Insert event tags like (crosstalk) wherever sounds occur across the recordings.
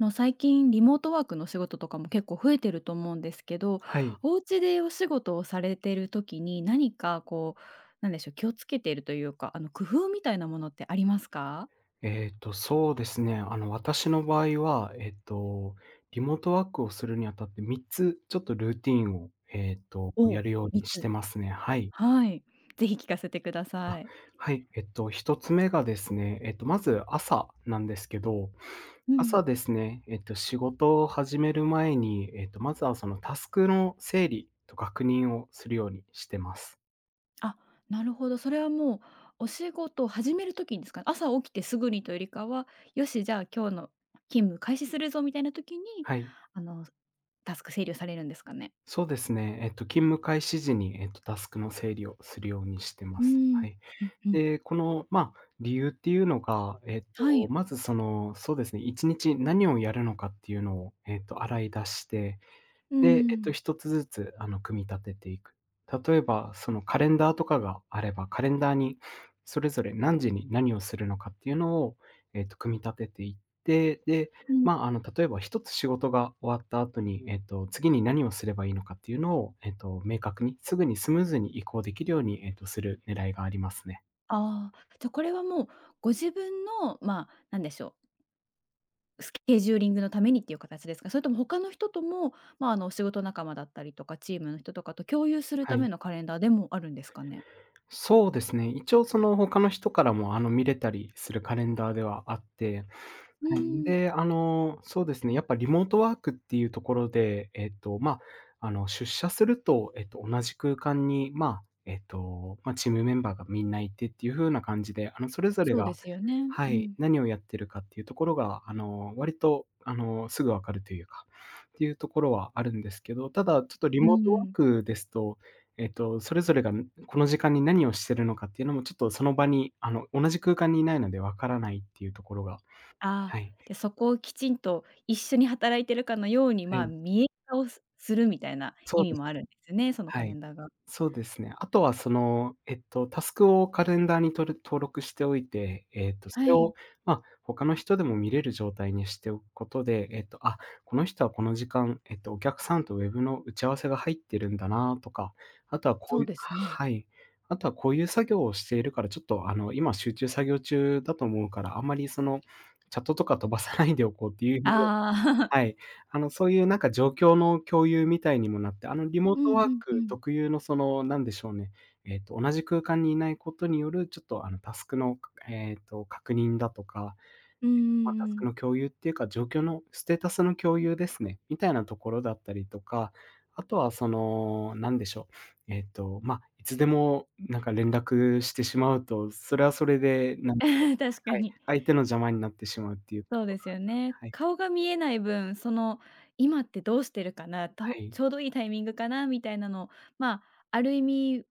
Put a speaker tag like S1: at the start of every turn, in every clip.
S1: の最近リモートワークの仕事とかも結構増えてると思うんですけど、
S2: はい。
S1: お家でお仕事をされてる時に何かこう、なんでしょう、気をつけているというか、工夫みたいなものってありますか？
S2: そうですね。私の場合は、リモートワークをするにあたって3つちょっとルーティンを、
S1: お
S2: や
S1: お。
S2: るよう
S1: 3
S2: にして
S1: つ。
S2: ますね。はい。
S1: はい。ぜひ聞かせてくだ
S2: あ、
S1: さい。
S2: はい。1つ目がですね、まず朝なんですけど、
S1: うん。
S2: 朝ですね、仕事を始める前に、まずはそのタスクの整理と確認をするようにしてます。
S1: あ、なるほど。それはもうお仕事を始める時にですかね。朝起きてすぐにというよりかは、よし、じゃあ今日の勤務開始するぞみたいな時に、
S2: はい。
S1: あのタスク整理をされるんですかね？
S2: そうですね。勤務開始時に、タスクの整理をするようにしてま
S1: う
S2: す。は
S1: ん。
S2: い。
S1: うんうん。
S2: で、この、理由っていうのが、
S1: はい。
S2: まずそうですね、1日何をやるのかっていうのを、洗い出して、
S1: う
S2: で、
S1: ん。
S2: 1つずつ、組み立てていく。例えば、そのカレンダーとかがあれば、カレンダーにそれぞれ何時に何をするのかっていうのを、組み立てていって、で、
S1: うん。
S2: 例えば1つ仕事が終わった後に、次に何をすればいいのかっていうのを、明確に、すぐにスムーズに移行できるように、する狙いがありますね。
S1: ああ、じゃ、これはもうご自分の、まあ、なんでしょう、スケジューリングのためにっていう形ですか？それとも他の人とも、まあ、お仕事仲間だったりとか、チームの人とかと共有する
S2: は
S1: ため
S2: い。
S1: のカレンダーでもあるんですかね？
S2: そうですね。一応その他の人からも、見れたりするカレンダーではあって、
S1: う
S2: はい、
S1: ん。
S2: で、そうですね、やっぱリモートワークっていうところで、出社すると、同じ空間に、チームメンバーがみんないてっていう風な感じで、それぞれ
S1: そうで
S2: が、
S1: すよね。
S2: は
S1: う
S2: い、
S1: ん。
S2: 何をやってるかっていうところが、割と、すぐ分かるというか、っていうところはあるんですけど、ただ、ちょっとリ
S1: う
S2: モートワー
S1: ん。
S2: クですと、それぞれが、この時間に何をしてるのかっていうのも、ちょっとその場に、同じ空間にいないので分からないっていうところが、
S1: あ
S2: は
S1: あ、
S2: い。
S1: で、そこをきちんと一緒に働いてるかのように、
S2: は
S1: まあ、
S2: い、
S1: 見え方をするみたいな
S2: そ
S1: 意
S2: う
S1: 味
S2: です。
S1: もあるんですね、その
S2: は
S1: カレ
S2: い。
S1: ンダーが。
S2: そうですね。あとはタスクをカレンダーに登録しておいて、そ
S1: は
S2: れを、
S1: い、
S2: 他の人でも見れる状態にしておくことで、あ、この人はこの時間、お客さんとウェブの打ち合わせが入ってるんだなとか、あとはこ
S1: そ
S2: う
S1: う
S2: いう
S1: ですね。
S2: はい。あとはこういう作業をしているから、ちょっと今集中作業中だと思うから、あんまりチャットとか飛ばさないでおこうっていう、
S1: あ
S2: は
S1: あ。
S2: い。そういうなんか状況の共有みたいにもなって、リ
S1: (laughs)
S2: モー
S1: う
S2: ト
S1: ん
S2: ワー
S1: うんう
S2: ク
S1: ん。
S2: 特有のなんでしょうね、同じ空間にいないことによる、ちょっとタスクの、確認だとか、
S1: うんうん
S2: タス
S1: う
S2: ク
S1: ん。
S2: の共有っていうか、状況のステータスの共有ですね、みたいなところだったりとか、あとはなんでしょう、いつでもなんか連絡してしまうと、それはそれで、
S1: (laughs) 確か
S2: はい、
S1: に。
S2: 相手の邪魔になってしまうっていうと
S1: そう
S2: ころ
S1: で
S2: が、
S1: すよね。
S2: はい、
S1: 顔が見えない分、その、今ってどうしてるかな、
S2: は
S1: と
S2: い、
S1: ちょうどいいタイミングかなみたいなのを、まあ、ある意味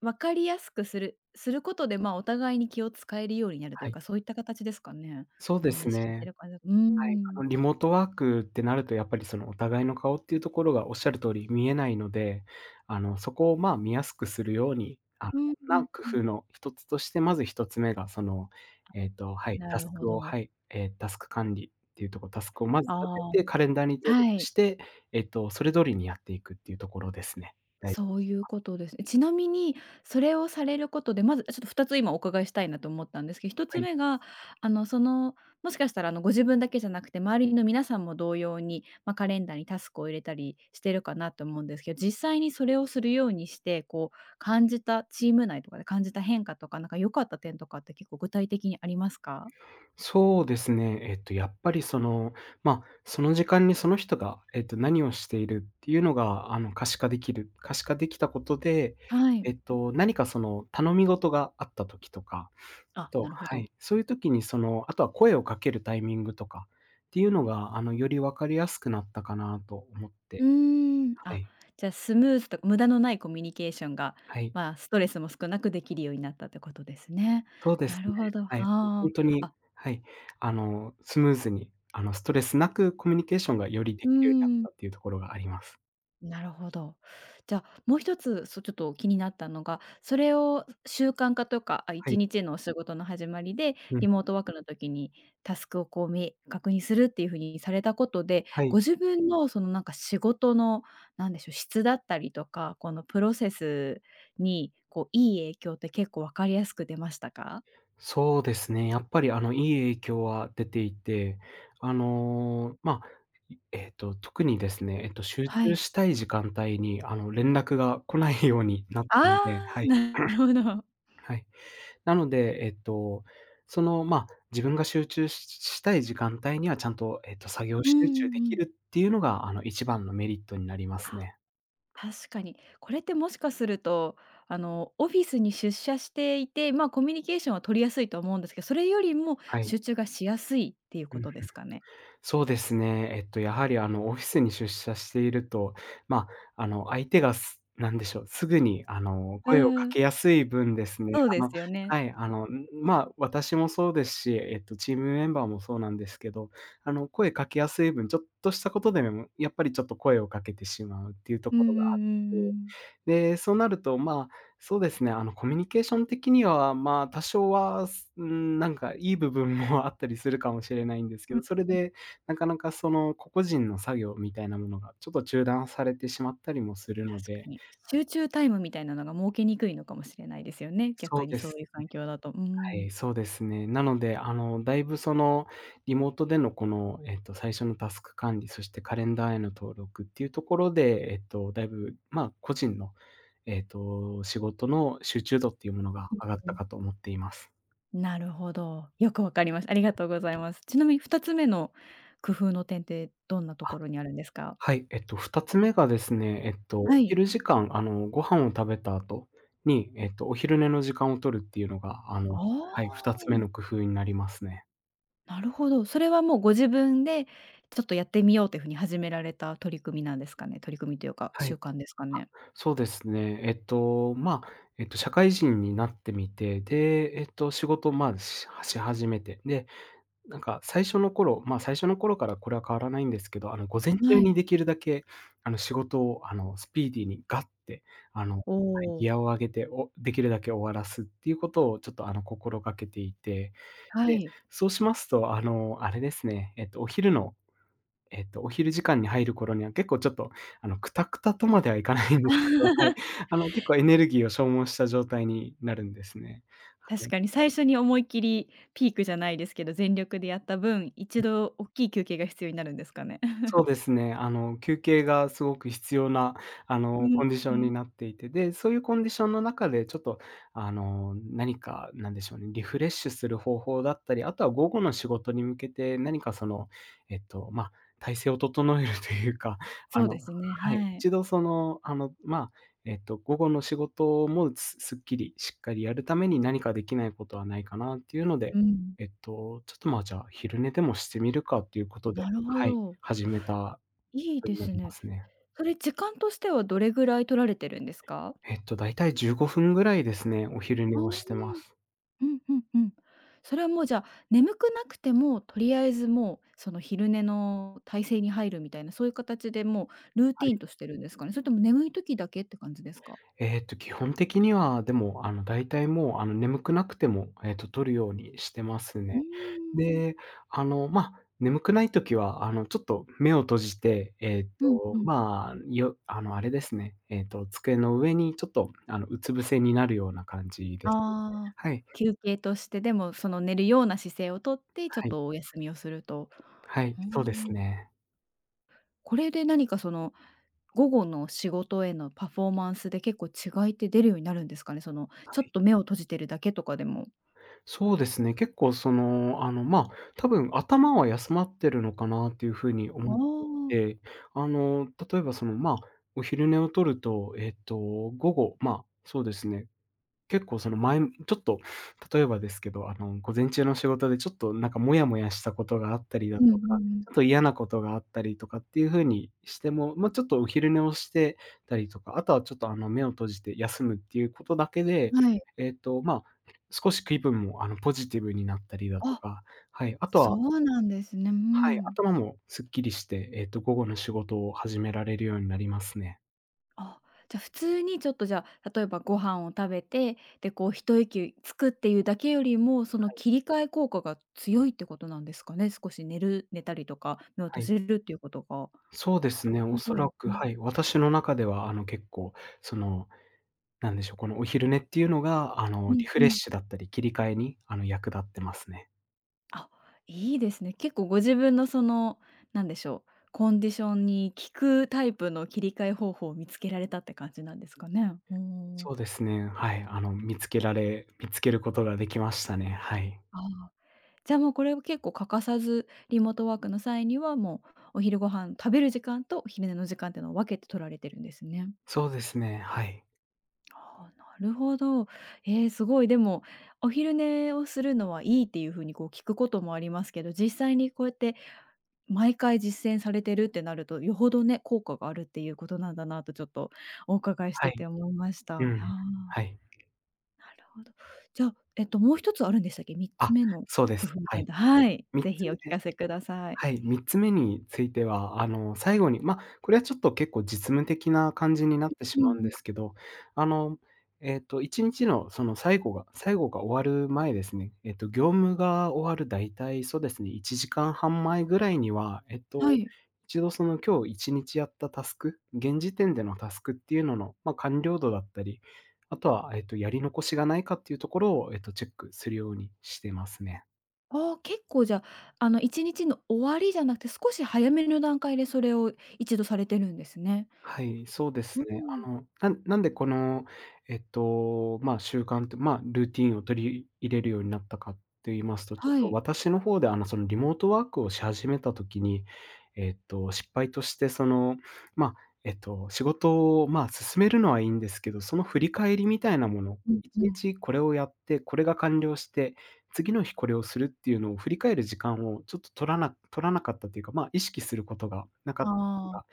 S1: 分かりやすくすることで、まあ、お互いに気を使えるようになるとい
S2: は
S1: う
S2: い、
S1: か、そういった形ですかね？
S2: そう
S1: お
S2: です
S1: 話聞いて
S2: ね。
S1: る感じだと。う
S2: はい、
S1: ん。
S2: リモートワークってなるとやっぱりそのお互いの顔っていうところがおっしゃる通り見えないので、そこを見やすくするように、
S1: うんう
S2: な
S1: ん
S2: 工
S1: うん。
S2: 夫の一つとして、まず一つ目がはい、
S1: な
S2: タ
S1: る
S2: ス
S1: ほ
S2: クを、
S1: ど。
S2: はい、タスク管理っていうとこ、ろタスクをまず
S1: あ
S2: 立
S1: あ、
S2: てて、カレンダーに登
S1: は
S2: 録
S1: い。
S2: して、それ通りにやっていくっていうところですね。大事。
S1: そういうことですね。ちなみに、それをされることで、まずちょっと2つ今お伺いしたいなと思ったんですけど、一
S2: は
S1: つ
S2: い。
S1: 目が、あの、その、もしかしたら、ご自分だけじゃなくて、周りの皆さんも同様に、まあ、カレンダーにタスクを入れたりしてるかなと思うんですけど、実際にそれをするようにして、こう、感じたチーム内とかで感じた変化とか、なんか良かった点とかって結構具体的にありますか？
S2: そうですね。やっぱりその時間にその人が、何をしているっていうのが、可視化できたことで、
S1: はい。
S2: 何かその頼み事があった時とか、あ
S1: あ、
S2: と
S1: なるほ
S2: は
S1: ど。
S2: い、そういう時にあとは声をかけるタイミングとかっていうのが、より分かりやすくなったかなと思っ
S1: う
S2: て、
S1: ーん。
S2: は
S1: あ、
S2: い、
S1: じゃあスムーズとか無駄のないコミュニケーションが、
S2: はい。
S1: まあ、ストレスも少なくできるようになったってことですね。
S2: そうです
S1: な
S2: ね。
S1: るほど。は
S2: はい。ほん
S1: あ。
S2: とに、
S1: あ、
S2: はい、スムーズに、ストレスなくコミュニケーションがよりで
S1: うー
S2: きるようになっ
S1: ん。
S2: たっていうところがあります。
S1: なるほど。じゃあ、もう一つ、そう、ちょっと気になったのが、それを習慣化とか、あ、
S2: は
S1: 1
S2: い。
S1: 日のお仕事の始まりで、
S2: うん。
S1: リモートワークの時にタスクをこう、確認するっていう風にされたことで、
S2: は
S1: ご
S2: い。
S1: 自分のそのなんか仕事の、なんでしょう、質だったりとか、このプロセスにこう、いい影響って結構分かりやすく出ましたか？
S2: そうですね、やっぱり、いい影響は出ていて、あの、ま、いえっと、特にですね、集
S1: は
S2: 中
S1: い。
S2: したい時間帯に、連絡が来ないようになっ
S1: あ
S2: たので、
S1: あ、
S2: はい、
S1: なるほど。
S2: はい。なので、自分が集中ししたい時間帯にはちゃんと、作業
S1: うん
S2: 集
S1: う
S2: 中で
S1: ん
S2: き
S1: うん。
S2: るっていうのが、一番のメリットになります
S1: あ。
S2: ね。
S1: 確かに。これってもしかすると、オフィスに出社していて、まあ、コミュニケーションは取りやすいと思うんですけど、それよりも
S2: はい。
S1: 集中がしやすいっていう
S2: う
S1: こ
S2: ん。
S1: とですかね？
S2: そうですね。やはりオフィスに出社していると、ま相手がなんでしょう、すぐに
S1: う
S2: 声をか
S1: ん、
S2: けやすい分ですね、
S1: そうですよね。
S2: はい、私もそうですし、チームメンバーもそうなんですけど、声かけやすい分、ちょっとしたことでも、やっぱりちょっと声をかけてしまうっていうと
S1: うん
S2: こ
S1: うん
S2: ろ
S1: う
S2: があって、
S1: んうん。
S2: で、そうなると、そうですね、コミュニケーション的には、多少は、うん、なんかいい部分も (laughs) あったりするかもしれないんですけ
S1: うん、
S2: ど、それ
S1: うん、
S2: でなかなかその個々人の作業みたいなものがちょっと中断されてしまったりもするの
S1: 確か
S2: で、
S1: に。集中タイムみたいなのが設けにくいのかもしれないですよね、
S2: そう
S1: 逆に
S2: で
S1: そう
S2: す。
S1: いう環境だと。う
S2: は
S1: ん。
S2: い、そうですね。なので、だいぶリモートでのこの、最初のタスク管理、そしてカレンダーへの登録っていうところで、だいぶ、個人の、仕事の集中度っていうものが上がっ
S1: う
S2: た
S1: ん、
S2: かと思っています。
S1: なるほど。よくわかりました。ありがとうございます。ちなみに2つ目の工夫の点ってどんなと
S2: あ、
S1: ころにあるんですか？
S2: はい。2つ目がですね、
S1: は
S2: お
S1: い。
S2: 昼時間、ご飯を食べた後に、お昼寝の時間を取るっていうのが、
S1: あ
S2: はい、2つ目の
S1: あ。
S2: 工夫になりますね。
S1: なるほど。それはもうご自分で、ちょっとやってみようというふうに始められた取り組みなんですかね？取り組みというか、
S2: は
S1: 習
S2: い。
S1: 慣ですかね？
S2: そうですね。社会人になってみて、で、仕事、し始めて、で、なんか最初の頃、まあ、最初の頃からこれは変わらないんですけど、午前中
S1: は
S2: に
S1: い。
S2: できるだけ、仕事を、スピーディーにガッて、は
S1: お
S2: い、ギ
S1: お、
S2: アを上げて、できるだけ終わらすっていうことをちょっと、心がけていて、
S1: は
S2: で、
S1: い。
S2: そうしますと、あれですね、お昼のお昼時間に入る頃には結構ちょっと、くたくたとまではいかないんですけど、はい。
S1: (laughs)
S2: 結構エネルギーを消耗した状態になるんですね。は
S1: 確
S2: い。
S1: かに最初に思いっきりピークじゃないですけど、全力でやった分、一度大きい休憩が必要になるんですかね？(laughs)
S2: そうですね。休憩がすごく必要な、
S1: うん
S2: コンディシ
S1: う
S2: ョンに
S1: ん。
S2: なっていて、で、そういうコンディションの中でちょっと、何か、なんでしょうね、リフレッシュする方法だったり、あとは午後の仕事に向けて何かその、えっと、まあ、体勢を整えるというか、あ
S1: そうで
S2: の
S1: すね、
S2: はい、
S1: はい。
S2: 一度その、午後の仕事もすすっきり、しっかりやるために何かできないことはないかなっていうので、
S1: うん。
S2: ちょっと、じゃあ、昼寝でもしてみるかっていうことで、
S1: なるほ
S2: はい。
S1: ど。
S2: 始めた
S1: いい
S2: こと
S1: で
S2: にな
S1: す
S2: りま
S1: ね。
S2: すね。
S1: それ時間としてはどれぐらい取られてるんですか？
S2: だいたい15分ぐらいですね、お昼寝
S1: ああ。
S2: をしてます。
S1: うんうんうん。それはもうじゃあ、眠くなくても、とりあえずもう、その昼寝の体勢に入るみたいな、そういう形でもうルー
S2: は
S1: ティーン
S2: い。
S1: としてるんですかね？それとも眠い時だけって感じですか？
S2: 基本的には、でも、だいたいもう、眠くなくても、取るようにしてます
S1: うー
S2: ね。
S1: ん。
S2: で、眠くない時は、ちょっと目を閉じて、えっ
S1: うん
S2: と、
S1: うん。
S2: まあ、よあの、あれですね、机の上にちょっと、うつ伏せになるような感じですね。
S1: ああ、
S2: はい、
S1: 休憩として、でもその寝るような姿勢をとって、ちょっ
S2: はい、
S1: とお休みをすると。
S2: はい、
S1: うー
S2: そうです
S1: ん。
S2: ね。
S1: これで何かその、午後の仕事へのパフォーマンスで結構違いって出るようになるんですかね？その、
S2: は
S1: ちょっ
S2: い。
S1: と目を閉じてるだけとかでも。
S2: そうですね、結構その、多分頭は休まってるのかなっていうふうに
S1: あ
S2: 思って
S1: あ。
S2: いて、例えばその、お昼寝をとると、午後、そうですね、結構その前、ちょっと、例えばですけど、午前中の仕事でちょっとなんかモヤモヤしたことがあったりだ
S1: う
S2: と
S1: んうん
S2: か、
S1: う
S2: ちょっ
S1: ん。
S2: と嫌なことがあったりとかっていう風にしても、ちょっとお昼寝をしてたりとか、あとはちょっと目を閉じて休むっていうことだけで、
S1: はい。
S2: えっと、まあ、少し気分もポジティブになったりだと
S1: あ、
S2: か、はい、あと
S1: そ
S2: は、
S1: うなんですね。う
S2: はい、
S1: ん。
S2: 頭もすっきりして、午後の仕事を始められるようになりますね。
S1: あ、じゃ、普通にちょっとじゃあ、例えばご飯を食べて、で、こう一息つくっていうだけよりも、その切り替え効果が強いってことなんですかね？少し寝たりとか、目を
S2: は
S1: 閉
S2: い。
S1: じるっていうことが。
S2: そうで
S1: な
S2: す
S1: るほ
S2: ね、お
S1: ど。
S2: そらく、
S1: う
S2: は
S1: ん。
S2: い、私の中では、結構、その、なんでしょう、このお昼寝っていうのが、
S1: う
S2: リ
S1: ん
S2: フ
S1: う
S2: レッ
S1: ん。
S2: シュだったり、切り替えに、役立ってますね。
S1: あ、いいですね。結構ご自分のその、なんでしょう、コンディションに効くタイプの切り替え方法を見つけられたって感じなんですかね？うん。
S2: そうですね、はい、見つけることができましたね、はい。
S1: ああ。じゃあ、もうこれを結構欠かさず、リモートワークの際には、もうお昼ご飯食べる時間とお昼寝の時間っていうのを分けて取られてるんですね。
S2: そうですね、はい。
S1: ああ、なるほど。えーすごい。でも、お昼寝をするのはいいっていう風にこう聞くこともありますけど、実際にこうやって毎回実践されてるってなると、よほどね、効果があるっていうことなんだなとちょっとお伺いし
S2: は
S1: て
S2: い。
S1: て思いました。い
S2: う
S1: や、
S2: ん。はい。
S1: なるほど。じゃあ、もう一つあるんでしたっけ？3つ
S2: あ、
S1: 目の
S2: そうで
S1: 工
S2: す。
S1: 夫
S2: はい。
S1: 点、はい、
S2: 3
S1: ぜ
S2: つ
S1: ひお聞
S2: 目
S1: かせください。
S2: はい、3つ目については、最後に、これはちょっと結構実務的な感じになってし
S1: う
S2: まうんで
S1: ん、
S2: すけど、あの、1日のその最後が終わる前ですね、業務が終わる大体そうですね、1時間半前ぐらいには、
S1: はい。
S2: 一度その今日1日やったタスク、現時点でのタスクっていうのの、完了度だったり、あとは、やり残しがないかっていうところを、チェックするようにしてますね。
S1: ああ、結構じゃあ、あの1日の終わりじゃなくて、少し早めの段階でそれを一度されてるんですね。
S2: はい、そうです
S1: う
S2: ね。
S1: ーん。
S2: なんでこの、習慣と、ルーティンを取り入れるようになったかと言いますと、ちょっ
S1: は
S2: と
S1: い。
S2: 私の方で、そのリモートワークをし始めた時に、失敗として、その、まあ、仕事を、進めるのはいいんですけど、その振り返りみたいなもの、
S1: うん
S2: 一
S1: うん。
S2: 日これをやって、これが完了して、次の日これをするっていうのを振り返る時間をちょっと取らなかったというか、意識することがなかった時
S1: ああ、
S2: が、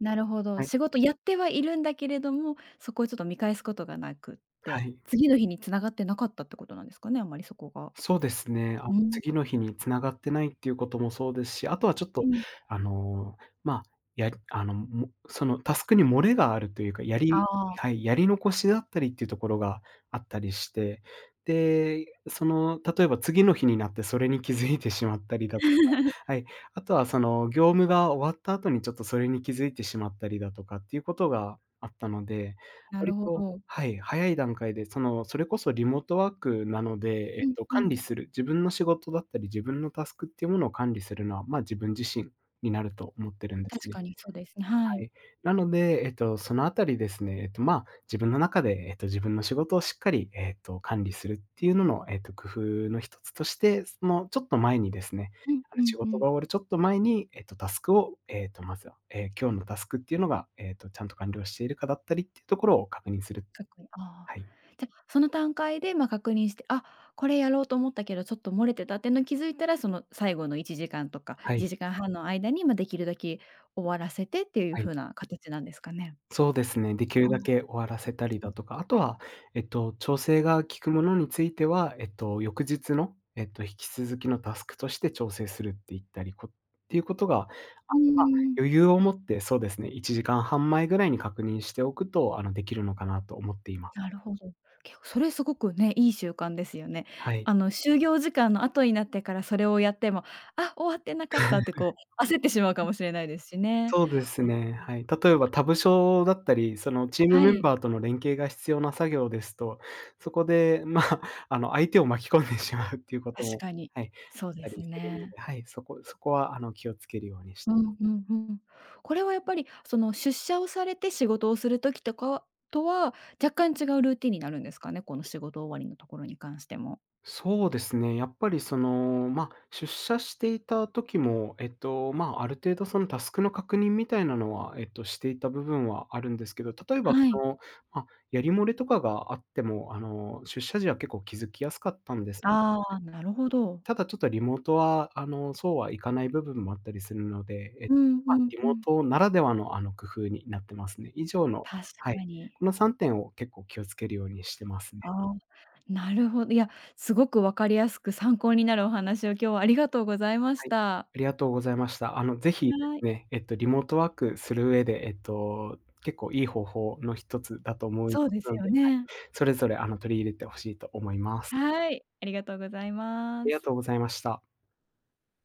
S1: なるほど。
S2: はい、
S1: 仕事やってはいるんだけれども、そこをちょっと見返すことがなくっ
S2: は
S1: て、
S2: い。
S1: 次の日に繋がってなかったってことなんですかね、あんまりそこが。
S2: そうですね。あ、
S1: うん。
S2: 次の日に繋がってないっていうこともそうですし、あとはちょっ
S1: う
S2: と、
S1: ん。
S2: あの、まあ、やりあの、もそのタスクに漏れがあるというか、
S1: あ
S2: は
S1: あ。
S2: い、やり残しだったりっていうところがあったりして、で、その、例えば次の日になってそれに気づいてしまったりだとか、は
S1: (laughs)
S2: い、あとはその業務が終わった後にちょっとそれに気づいてしまったりだとかっていうことがあったので、
S1: なる
S2: 割
S1: ほ
S2: と、
S1: ど。
S2: はい、早い段階で、その、それこそリモートワークなので、
S1: うんう
S2: 管
S1: ん。
S2: 理する、自分の仕事だったり、自分のタスクっていうものを管理するのは、自分自身になると思ってるんです
S1: 確
S2: ね。
S1: かにそうですね、は
S2: は
S1: い。
S2: い。なので、そのあたりですね、自分の中で、自分の仕事をしっかり、管理するっていうのの、工夫の一つとして、その、ちょっと前にですね、
S1: うんう
S2: 仕
S1: んう
S2: 事
S1: ん。
S2: が終わるちょっと前に、タスクを、まずは、今日のタスクっていうのが、ちゃんと完了しているかだったりっていうところを確認する。
S1: 確認ああ。
S2: はい。
S1: じゃ、その段階で、ま、確認して、あ、これやろうと思ったけど、ちょっと漏れてたっていうの気づいたら、その最後の1時間とか、
S2: はい、
S1: 1時間半の間に、ま、できるだけ終わらせてっていう
S2: はい。
S1: 風な形なんですかね？
S2: そうですね、できる
S1: あ
S2: だ
S1: あ、
S2: け終わらせたり
S1: う
S2: だ
S1: ん。
S2: とか、あとは、調整が効くものについては、翌日の、引き続きのタスクとして調整するって言ったり、こっていうことが、あ
S1: う
S2: まあ
S1: ーん、
S2: 余裕を持ってそうですね、1時間半前ぐらいに確認しておくと、できるのかなと思っています。
S1: なるほど。結構それすごくね、いい習慣ですよね。
S2: はい。
S1: 就業時間の後になってからそれをやっても、あ、終わってなかったって焦ってしまうかもしれないですしね。
S2: そうです
S1: あ、
S2: ね、はい。例えば他部署だったり、そのチーム
S1: は
S2: メン
S1: い、
S2: バーとの連携が必要な作業ですと、そこで、(laughs) 相手を巻き込んでしまうっていうこと
S1: 確
S2: も、
S1: かに。
S2: はい、あっ
S1: そうで
S2: たり
S1: す
S2: するの
S1: ね。
S2: で、はい、そこは気をつけるようにし、
S1: うんうんうん。これはやっぱり、その、出社をされて仕事をする時とは、若干違うルーティンになるんですかね？この仕事終わりのところに関しても。
S2: そうですね、やっぱりその、出社していた時も、ある程度そのタスクの確認みたいなのは、していた部分はあるんですけど、例えば
S1: は
S2: そ
S1: い。
S2: の、やり漏れとかがあっても、出社時は結構気づきやすかったんです。
S1: ああ、なるほど。
S2: ただちょっとリモートは、そうはいかない部分もあったりするので、
S1: うんうん
S2: リ
S1: う
S2: モー
S1: ん。
S2: トならではの、工夫になってますね。以上の
S1: 確
S2: はい、
S1: かに。
S2: この3点を結構気をつけるようにしてますね。
S1: ああ、なるほど。いや、すごく分かりやすく参考になるお話を今日はありがとうございま
S2: は
S1: し
S2: い。
S1: た。
S2: ありがとうございました。ぜひで
S1: は
S2: す
S1: い。
S2: ね、リモートワークする上で、結構いい方法の一つだと思い
S1: そう
S2: ま
S1: で
S2: す
S1: す
S2: の
S1: よ
S2: で、
S1: ね。
S2: それぞれ、取り入れて欲しいと思います。
S1: はい、ありがとうござい
S2: あ
S1: ま
S2: りがと
S1: す。
S2: うございました。